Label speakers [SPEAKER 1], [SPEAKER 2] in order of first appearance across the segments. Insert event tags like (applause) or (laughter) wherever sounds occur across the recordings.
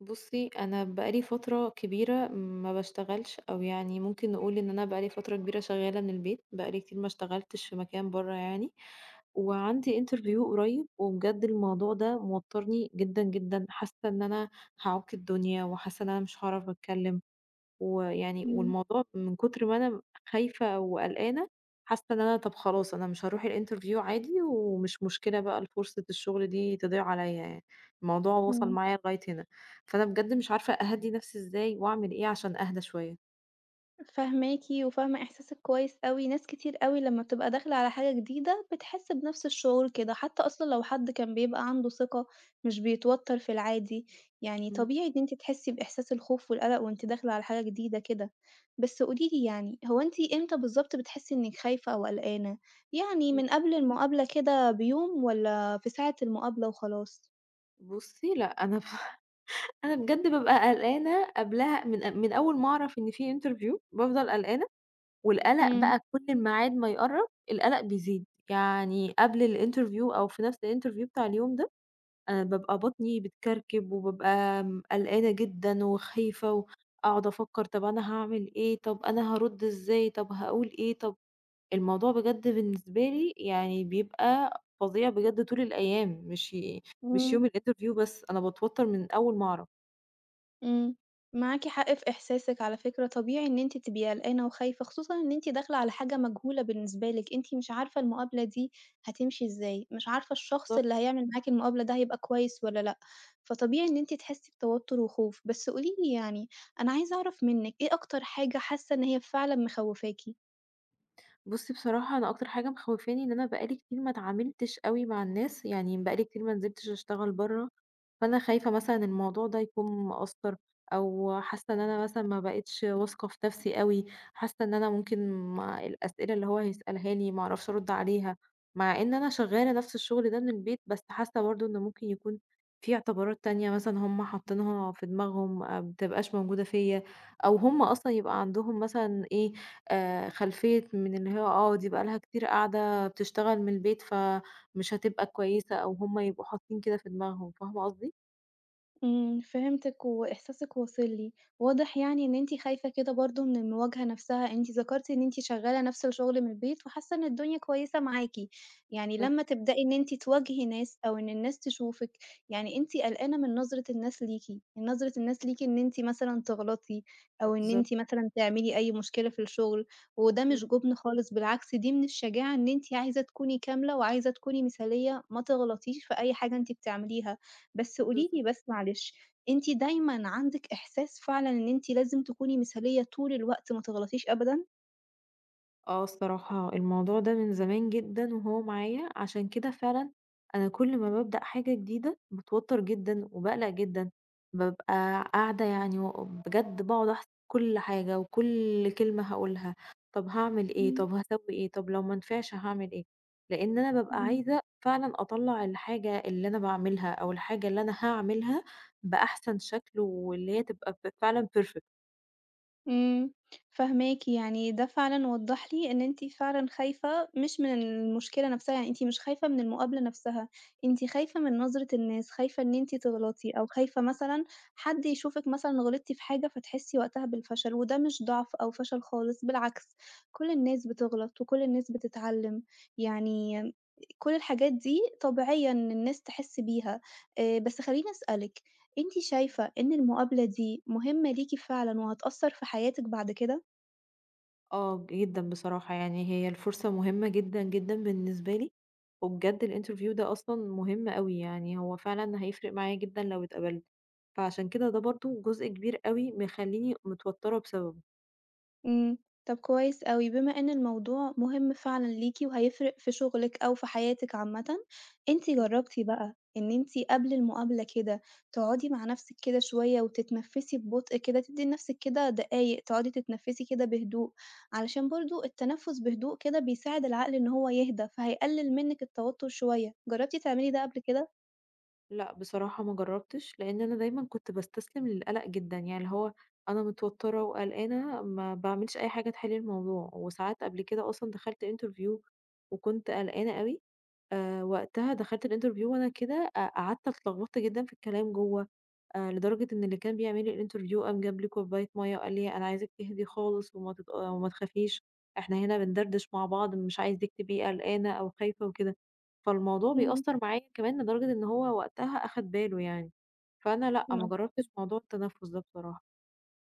[SPEAKER 1] بُصّي، أنا بقى لي فترة كبيرة ما باشتغلش، أو يعني ممكن نقول إن أنا بقى لي فترة كبيرة شغّالة من البيت، بقى لي كتير ما اشتغلتش في مكان برّه يعني، وعندي interview قريب وبجد الموضوع ده موتّرني جدًا، جدًا، حاسة إن أنا هاعوق الدنيا وحاسة إن أنا مش هاعرف أتكلم. ويعني
[SPEAKER 2] إمم،
[SPEAKER 1] والموضوع من كتر ما أنا خايفة وقلقانة، حاسة إن أنا طب خلاص أنا مش هاروح الinterview عادي ومش مشكلة بقى فرصة الشغل دي تضيع عليَّ يعني، الموضوع وصل
[SPEAKER 2] إمم،
[SPEAKER 1] معايا لغاية هنا، فأنا بجد مش عارفة أهدّي نفسي إزاي وأعمل إيه عشان أهدى شوية؟
[SPEAKER 2] فاهماكِ وفاهمة إحساسِك كويس أوي، ناس كتير أوي لمّا بتبقى داخلة على حاجة جديدة بتحس بنفس الشعور كده، حتى أصلًا لو حد كان بيبقى عنده ثقة مش بيتوتر في العادي، يعني
[SPEAKER 1] إمم،
[SPEAKER 2] طبيعي إن أنتِ تحسي بإحساس الخوف والقلق وأنتِ داخلة على حاجة جديدة كده، بس قولي لي يعني هو أنتِ إمتى بالضبط بتحسي إنِك خايفة أو قلقانة؟ يعني
[SPEAKER 1] إمم.
[SPEAKER 2] من قبل المقابلة كده بيوم والّا في ساعة المقابلة وخلاص؟
[SPEAKER 1] بُصّي، لأ. أنا ب (laughs) أنا بجد بابقى قلقانة قبلها من أول ما أعرف إن في interview بافضل قلقانة، والقلق
[SPEAKER 2] إمم.
[SPEAKER 1] بقى كل الميعاد ما يقرّب القلق بيزيد، يعني قبل الinterview أو في نفس الinterview بتاع اليوم ده أنا بابقى بطني بتكركب، وبابقى قلقانة جدًا وخايفة، وأقعد أفكّر طب أنا هاعمل إيه، طب أنا هارُدّ إزاي، طب هاقول إيه، طب الموضوع بجد بالنسبة لي يعني بيبقى فظيع بجد طول الأيام، مش
[SPEAKER 2] إمم.
[SPEAKER 1] يوم الinterview بس، أنا باتوتّر من أول ما أعرف.
[SPEAKER 2] إمم، معاكِ حق في إحساسِك على فكرة، طبيعي إن أنتِ تبقي قلقانة وخايفة، خصوصًا إن أنتِ داخلة على حاجة مجهولة بالنسبة لِك، أنتِ مش عارفة المقابلة دي هتمشي إزاي، مش عارفة الشخص
[SPEAKER 1] بالضبط.
[SPEAKER 2] اللي هيعمل معاكِ المقابلة ده هيبقى كويس والّا لأ، فطبيعي إن أنتِ تحسي بتوتر وخوف. بس قولي لي يعني، أنا عايزة أعرف منِّك إيه أكتر حاجة حاسة إن هي فعلًا مخوّفاكِ؟
[SPEAKER 1] بُصّي، بصراحة أنا أكتر حاجة مخوّفاني إن أنا بقى لي كتير ما اتعاملتش أوي مع الناس، يعني بقى لي كتير ما نزلتش أشتغل برّه. فأنا خايفة مثلًا الموضوع ده يكون مأثّر، أو حاسة إن أنا مثلًا ما بقيتش واثقة في نفسي أوي، حاسة إن أنا ممكن ما الأسئلة اللي هو هيسألها لي ما أعرفش أرُد عليها، مع إن أنا شغّالة نفس الشغل ده من البيت، بس حاسة برضه إن ممكن يكون في اعتبارات تانية مثلًا هم حاطينها في دماغهم آه، ما بتبقاش موجودة فيّا، أو هم أصلًا يبقى عندهم مثلًا إيه، خلفية من إن هي دي بقى لها كتير قاعدة بتشتغل من البيت، فمش هتبقى كويسة أو هم يبقوا حاطين كده في دماغهم، فاهمة قصدي؟
[SPEAKER 2] إمم، فهمتِك وإحساسِك واصل لي، واضح يعني إن أنتِ خايفة كده برضه من المواجهة نفسها، أنتِ ذكرتِ إن أنتِ شغالة نفس الشغل من البيت وحاسة إن الدنيا كويسة معاكِ، يعني
[SPEAKER 1] بالضبط،
[SPEAKER 2] لمّا تبدئي إن أنتِ تواجهي ناس أو إن الناس تشوفِك، يعني أنتِ قلقانة من نظرة الناس ليكِ، يعني نظرة الناس ليكِ إن أنتِ مثلًا تغلطي أو إن
[SPEAKER 1] بالضبط.
[SPEAKER 2] أنتِ مثلًا تعملي أي مشكلة في الشغل، وده
[SPEAKER 1] إمم.
[SPEAKER 2] مش جبن خالص بالعكس دي من الشجاعة إن أنتِ عايزة تكوني كاملة وعايزة تكوني مثالية، ما تغلطيش في أي حاجة أنتِ بتعمليها. بس قولي لي
[SPEAKER 1] بالضبط.
[SPEAKER 2] بس معلش، أنتِ دايمًا عندِك إحساس فعلًا إن أنتِ لازم تكوني مثالية طول الوقت ما تغلطيش أبدًا؟
[SPEAKER 1] آه، الصراحة الموضوع ده من زمان جدًا وهو معايا، عشان كده فعلًا أنا كل ما بابدأ حاجة جديدة باتوتر جدًا وباقلق جدًا، بابقى قاعدة يعني بجد باقعد أحسب كل حاجة وكل كلمة هاقولها، طب هاعمل إيه،
[SPEAKER 2] إمم،
[SPEAKER 1] طب هاسوي إيه، طب لو ما نفعش هاعمل إيه، لإن أنا بابقى
[SPEAKER 2] إمم.
[SPEAKER 1] عايزة فعلًا أطلّع الحاجة اللي أنا باعملها أو الحاجة اللي أنا هاعملها بأحسن شكل واللي هي تبقى فعلًا perfect.
[SPEAKER 2] إمم، فاهماكِ، يعني ده فعلًا وضّح لي إن أنتِ فعلًا خايفة مش من المشكلة نفسها، يعني أنتِ مش خايفة من المقابلة نفسها، أنتِ خايفة من نظرة الناس، خايفة إن أنتِ تغلطي، أو خايفة مثلًا حد يشوفِك مثلًا غلطتِ في حاجة فتحسي وقتها بالفشل، وده مش ضعف أو فشل خالص، بالعكس كل الناس بتغلط وكل الناس بتتعلم، يعني كل الحاجات دي طبيعية إن الناس تحس بيها. بس خلّيني أسألِك، أنتِ شايفة إن المقابلة دي مهمة ليكِ فعلًا وهتأثّر في حياتِك بعد كده؟
[SPEAKER 1] آه، جدًا بصراحة، يعني هي الفرصة مهمة جدًا، جدًا بالنسبة لي، وبجد الinterview ده أصلًا مهم أوي، يعني هو فعلًا هيفرق معايا جدًا لو اتقبلت، فعشان كده ده برضه جزء كبير أوي مخلّيني متوترة بسببه.
[SPEAKER 2] إمم، طب كويس أوي، بما إن الموضوع مهم فعلًا ليكِ وهيفرق في شغلِك أو في حياتِك عامةً، أنتِ
[SPEAKER 1] إمم.
[SPEAKER 2] جرّبتِ بقى إن أنتِ قبل المقابلة كده تقعدي مع نفسِك كده شوية وتتنفّسي ببطء كده، تدّي لنفسِك كده دقايق تقعدي تتنفّسي كده بهدوء، علشان برضه التنفُّس بهدوء كده بيساعد العقل إن هو يهدى، فهيقلل منِّك التوتر شوية، جرّبتِ تعملي ده قبل كده؟
[SPEAKER 1] لأ، بصراحة ما جرّبتش، لإن أنا دايمًا كنت باستسلم للقلق جدًا، يعني اللي هو أنا متوترة وقلقانة ما باعملش أي حاجة تحل الموضوع، وساعات قبل كده أصلًا دخلت interview وكنت قلقانة أوي، وقتها دخلت الinterview وأنا كده قعدت اتلخبطت جدًا في الكلام جوّه، لدرجة إن اللي كان بيعمل لي الinterview قام جاب لي كوباية مَيّة وقال لي: "أنا عايزِك تهدي خالص وما تت آه، وما تخافيش، إحنا هنا بندردش مع بعض، مش عايزِك تبقي قلقانة أو خايفة وكده." فالموضوع بيأثّر معايا كمان لدرجة إن هو وقتها أخد باله يعني، فأنا لأ، ما
[SPEAKER 2] اهم.
[SPEAKER 1] جرّبتش موضوع التنفس ده بصراحة.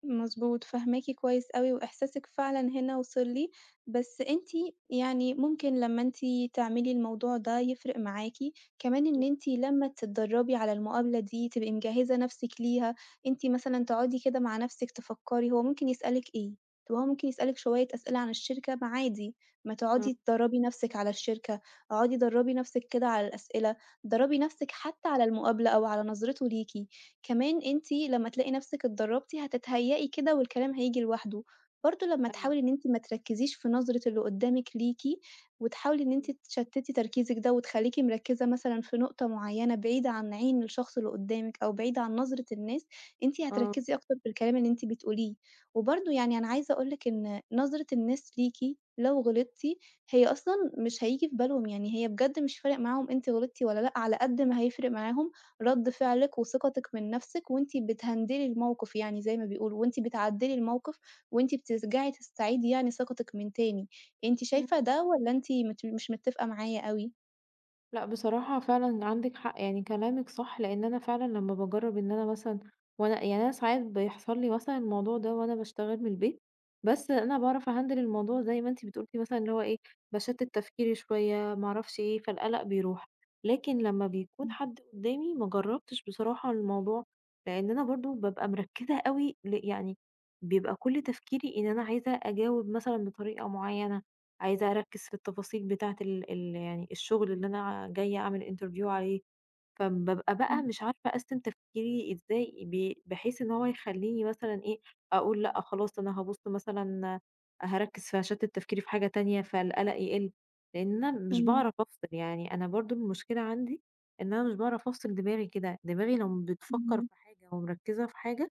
[SPEAKER 2] مضبوط، فاهماكِ كويس أوي، وإحساسِك فعلًا هنا وصل لي، بس أنتِ يعني ممكن لمّا أنتِ تعملي الموضوع ده يفرق معاكِ، كمان إن
[SPEAKER 1] إمم،
[SPEAKER 2] أنتِ لمّا تتدرّبي على المقابلة دي تبقي مجهّزة نفسِك ليها، أنتِ مثلًا تقعدي كده مع نفسِك تفكّري هو ممكن يسألِك إيه؟ طب هو ممكن يسألِك شوية أسئلة عن الشركة، ما عادي، ما
[SPEAKER 1] آه.
[SPEAKER 2] تقعدي تدرّبي نفسِك على الشركة، اقعدي درّبي نفسِك كده على الأسئلة، درّبي نفسِك حتى على المقابلة أو على نظرته ليكِ. كمان أنتِ لمّا تلاقي نفسِك اتدرّبتِ هتتهيّئي كده والكلام هييجي لوحده، برضه لمّا
[SPEAKER 1] أيوه،
[SPEAKER 2] تحاولي إن أنتِ ما تركّزيش في نظرة اللي قدّامِك ليكِ، وتحاولي إن أنتِ
[SPEAKER 1] إمم،
[SPEAKER 2] تشتتي تركيزِك ده وتخلّيكِ مركّزة مثلًا في نقطة معيّنة بعيدة عن عين الشخص اللي قدّامِك أو بعيدة عن نظرة الناس، أنتِ
[SPEAKER 1] آه.
[SPEAKER 2] هتركّزي أكتر في الكلام اللي أنتِ بتقوليه، وبرضه يعني أنا عايزة أقول لِك إن نظرة الناس ليكِ لو غلطتِ هي أصلًا مش هييجي في بالهم، يعني هي بجد مش فارق معاهم أنتِ غلطتِ والّا لأ، على قد ما هيفرق معاهم رَد
[SPEAKER 1] إمم،
[SPEAKER 2] فعلِك وثقتِك من نَفْسِك وأنتِ بتهندلي الموقف يعني زي ما بيقولوا، وأنتِ بتعدّلي الموقف وأنتِ بترجعي تستعيدي يعني ثقتِك من تاني. أنتِ
[SPEAKER 1] إمم.
[SPEAKER 2] شايفة ده والّا أنتِ مش متّفقة معايا أوي؟
[SPEAKER 1] لأ، بصراحة فعلًا عندِك حق، يعني كلامِك صح، لإن أنا فعلًا لمّا باجرّب إن أنا مثلًا، وأنا يعني أنا ساعات بيحصل لي مثلًا الموضوع ده وأنا باشتغل من البيت، بس أنا باعرف أهندل الموضوع زي ما أنتِ بتقولي مثلًا اللي هو إيه، باشتِّت تفكيري شوية، ما أعرفش إيه، فالقلق بيروح. لكن لمّا بيكون
[SPEAKER 2] إمم،
[SPEAKER 1] حد قدّامي ما جرّبتش بصراحة الموضوع، لإن أنا برضه بابقى مركّزة أوي يعني بيبقى كل تفكيري إن أنا عايزة أجاوب مثلًا بطريقة معيّنة، عايزة أركّز في التفاصيل بتاعة ال يعني الشغل اللي أنا جاية أعمل interview عليه، فبابقى بقى
[SPEAKER 2] إمم،
[SPEAKER 1] مش عارفة أقسّم تفكيري إزاي بحيث إن هو يخلّيني مثلًا إيه، أقول لأ خلاص أنا هابُص مثلًا هاركّز في هاشتِّت تفكيري في حاجة تانية فالقلق يقِل، لإن أنا مش
[SPEAKER 2] إمم،
[SPEAKER 1] باعرف أفصل، يعني أنا برضه المشكلة عندي إن أنا مش باعرف أفصل دماغي كده، دماغي لو بتفكّر
[SPEAKER 2] إمم.
[SPEAKER 1] في حاجة ومركّزة في حاجة،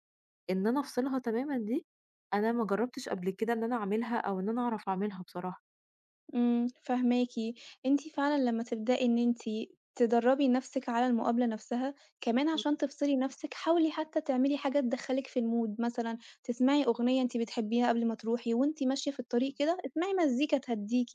[SPEAKER 1] إن أنا أفصلها تمامًا دي أنا ما جرّبتش قبل كده إن أنا أعملها أو إن أنا أعرف أعملها بصراحة.
[SPEAKER 2] إمم، فاهماكِ. أنتِ فعلًا لمّا تبدئي إن أنتِ تدرّبي نَفْسِك على المقابلة نَفْسها، كمان
[SPEAKER 1] إمم.
[SPEAKER 2] عشان تفصلي نَفْسِك حاولي حتى تعملي حاجة تدخّلِك في الmood، مثلًا تسمعي أغنية أنتِ بتحبيها قبل ما تروحي وأنتِ ماشية في الطريق
[SPEAKER 1] إمم،
[SPEAKER 2] كده، اسمعي مزيكا تهدّيكِ،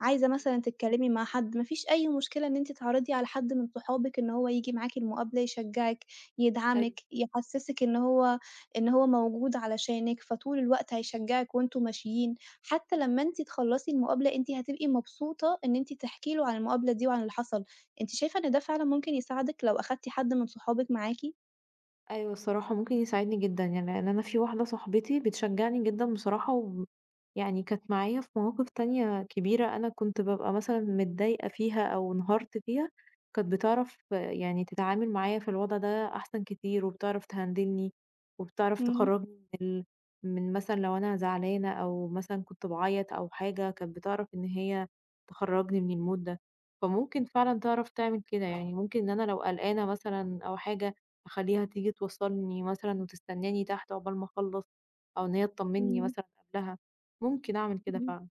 [SPEAKER 2] عايزة
[SPEAKER 1] إمم.
[SPEAKER 2] مثلًا تتكلّمي مع حد، ما فيش أي مشكلة إن أنتِ تعرضي على حد من صحابِك إن هو ييجي معاكِ المقابلة يشجّعِك، يدعمِك، يحسّسِك إن هو موجود علشانِك، فطول الوقت هيشجّعِك وأنتم ماشيين. حتى لمّا أنتِ تخلّصي المقابلة أنتِ هتبقي مبسوطة إن أنتِ تحكي له عن المقابلة دي وعن اللي حصل، أنتِ شايفة إن ده فعلًا ممكن يساعدِك لو أخدتِ حد من صحابِك معاكِ؟
[SPEAKER 1] أيوه، الصراحة ممكن يساعدني جدًا، يعني لإن أنا في واحدة صاحبتي بتشجّعني جدًا بصراحة يعني كانت معايا في مواقف تانية كبيرة أنا كنت بابقى مثلًا متضايقة فيها أو انهارت فيها، كانت بتعرف آه، يعني تتعامل معايا في الوضع ده أحسن كتير وبتعرف تهندلني، وبتعرف
[SPEAKER 2] إمم،
[SPEAKER 1] تخرّجني من ال من مثلًا لو أنا زعلانة أو مثلًا كنت باعيط أو حاجة، كانت بتعرف إن هي تخرّجني من الmood ده، فممكن فعلًا تعرف تعمل كده، يعني ممكن إن أنا لو قلقانة مثلًا أو حاجة أخلّيها تيجي توصّلني مثلًا وتستناني تحت عقبال ما أخلّص، أو إن هي تطمّني
[SPEAKER 2] إمم،
[SPEAKER 1] مثلًا قبلها، ممكن أعمل كده
[SPEAKER 2] إمم.
[SPEAKER 1] فعلًا.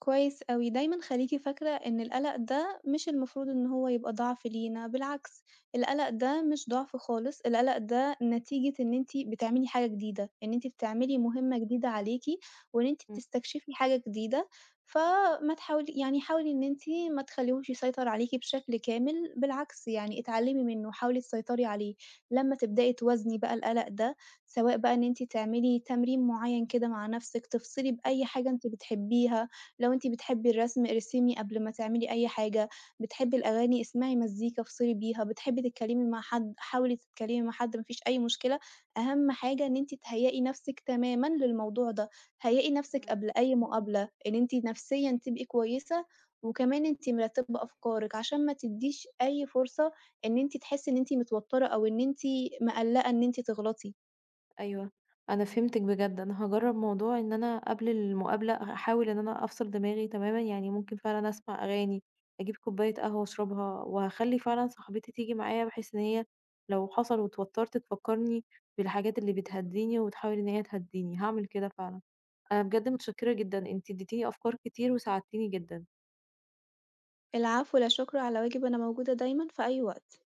[SPEAKER 2] كويس أوي، دايمًا خليكِ فاكرة إن القلق ده مش المفروض إن هو يبقى ضعف لينا، بالعكس القلق ده مش ضعف خالص، القلق ده نتيجة إن أنتِ بتعملي حاجة جديدة، إن أنتِ بتعملي
[SPEAKER 1] أيوه.
[SPEAKER 2] مهمة جديدة عليكِ، وإن أنتِ
[SPEAKER 1] إمم.
[SPEAKER 2] بتستكشفي حاجة جديدة، فما تحاولي يعني حاولي إن أنتِ ما تخليهوش يسيطر عليكِ بشكل كامل، بالعكس يعني اتعلمي منه، حاولي تسيطري عليه، لمّا تبدئي توازني بقى القلق ده، سواء بقى إن أنتِ تعملي تمرين معين كده مع نفسِك، تفصلي
[SPEAKER 1] طيب.
[SPEAKER 2] بأي حاجة أنتِ بتحبيها. لو أنتِ بتحبّي الرسم ارسمي قبل ما تعملي أي حاجة، بتحبّي الأغاني اسمعي مزيكا افصلي بيها، بتحبّي تتكلّمي مع حد حاولي تتكلّمي مع حد ما فيش أي مشكلة، أهم حاجة إن أنتِ تهيّئي نَفْسِك تمامًا للموضوع ده، هيّئي نَفْسِك
[SPEAKER 1] تمام.
[SPEAKER 2] قبل أي مقابلة، إن أنتِ نفسيًا تبقي كويسة وكمان أنتِ مرتّبة أفكارِك عشان ما تدّيش أي فرصة إن أنتِ تحسّي إن أنتِ متوتّرة أو إن أنتِ مقلّقة إن أنتِ تغلطي.
[SPEAKER 1] أيوه، أنا فهمتِك بجد، أنا هاجرّب موضوع إن أنا قبل المقابلة هاحاول إن أنا أفصل دماغي تمامًا، يعني ممكن فعلًا أسمع أغاني، أجيب كوباية قهوة أشربها، وهاخلّي فعلًا صاحبتي تيجي معايا بحيث إن هي لو حصل واتوتّرت تفكّرني بالحاجات اللي بتهدّيني وتحاول إن هي تهدّيني، هاعمل كده فعلًا. أنا بجد متشكرة جدًا، أنتِ اديتيني أفكار كتير وساعدتيني جدًا.
[SPEAKER 2] العفو، لا شُكر على واجب، أنا موجودة دايمًا في أي وقت.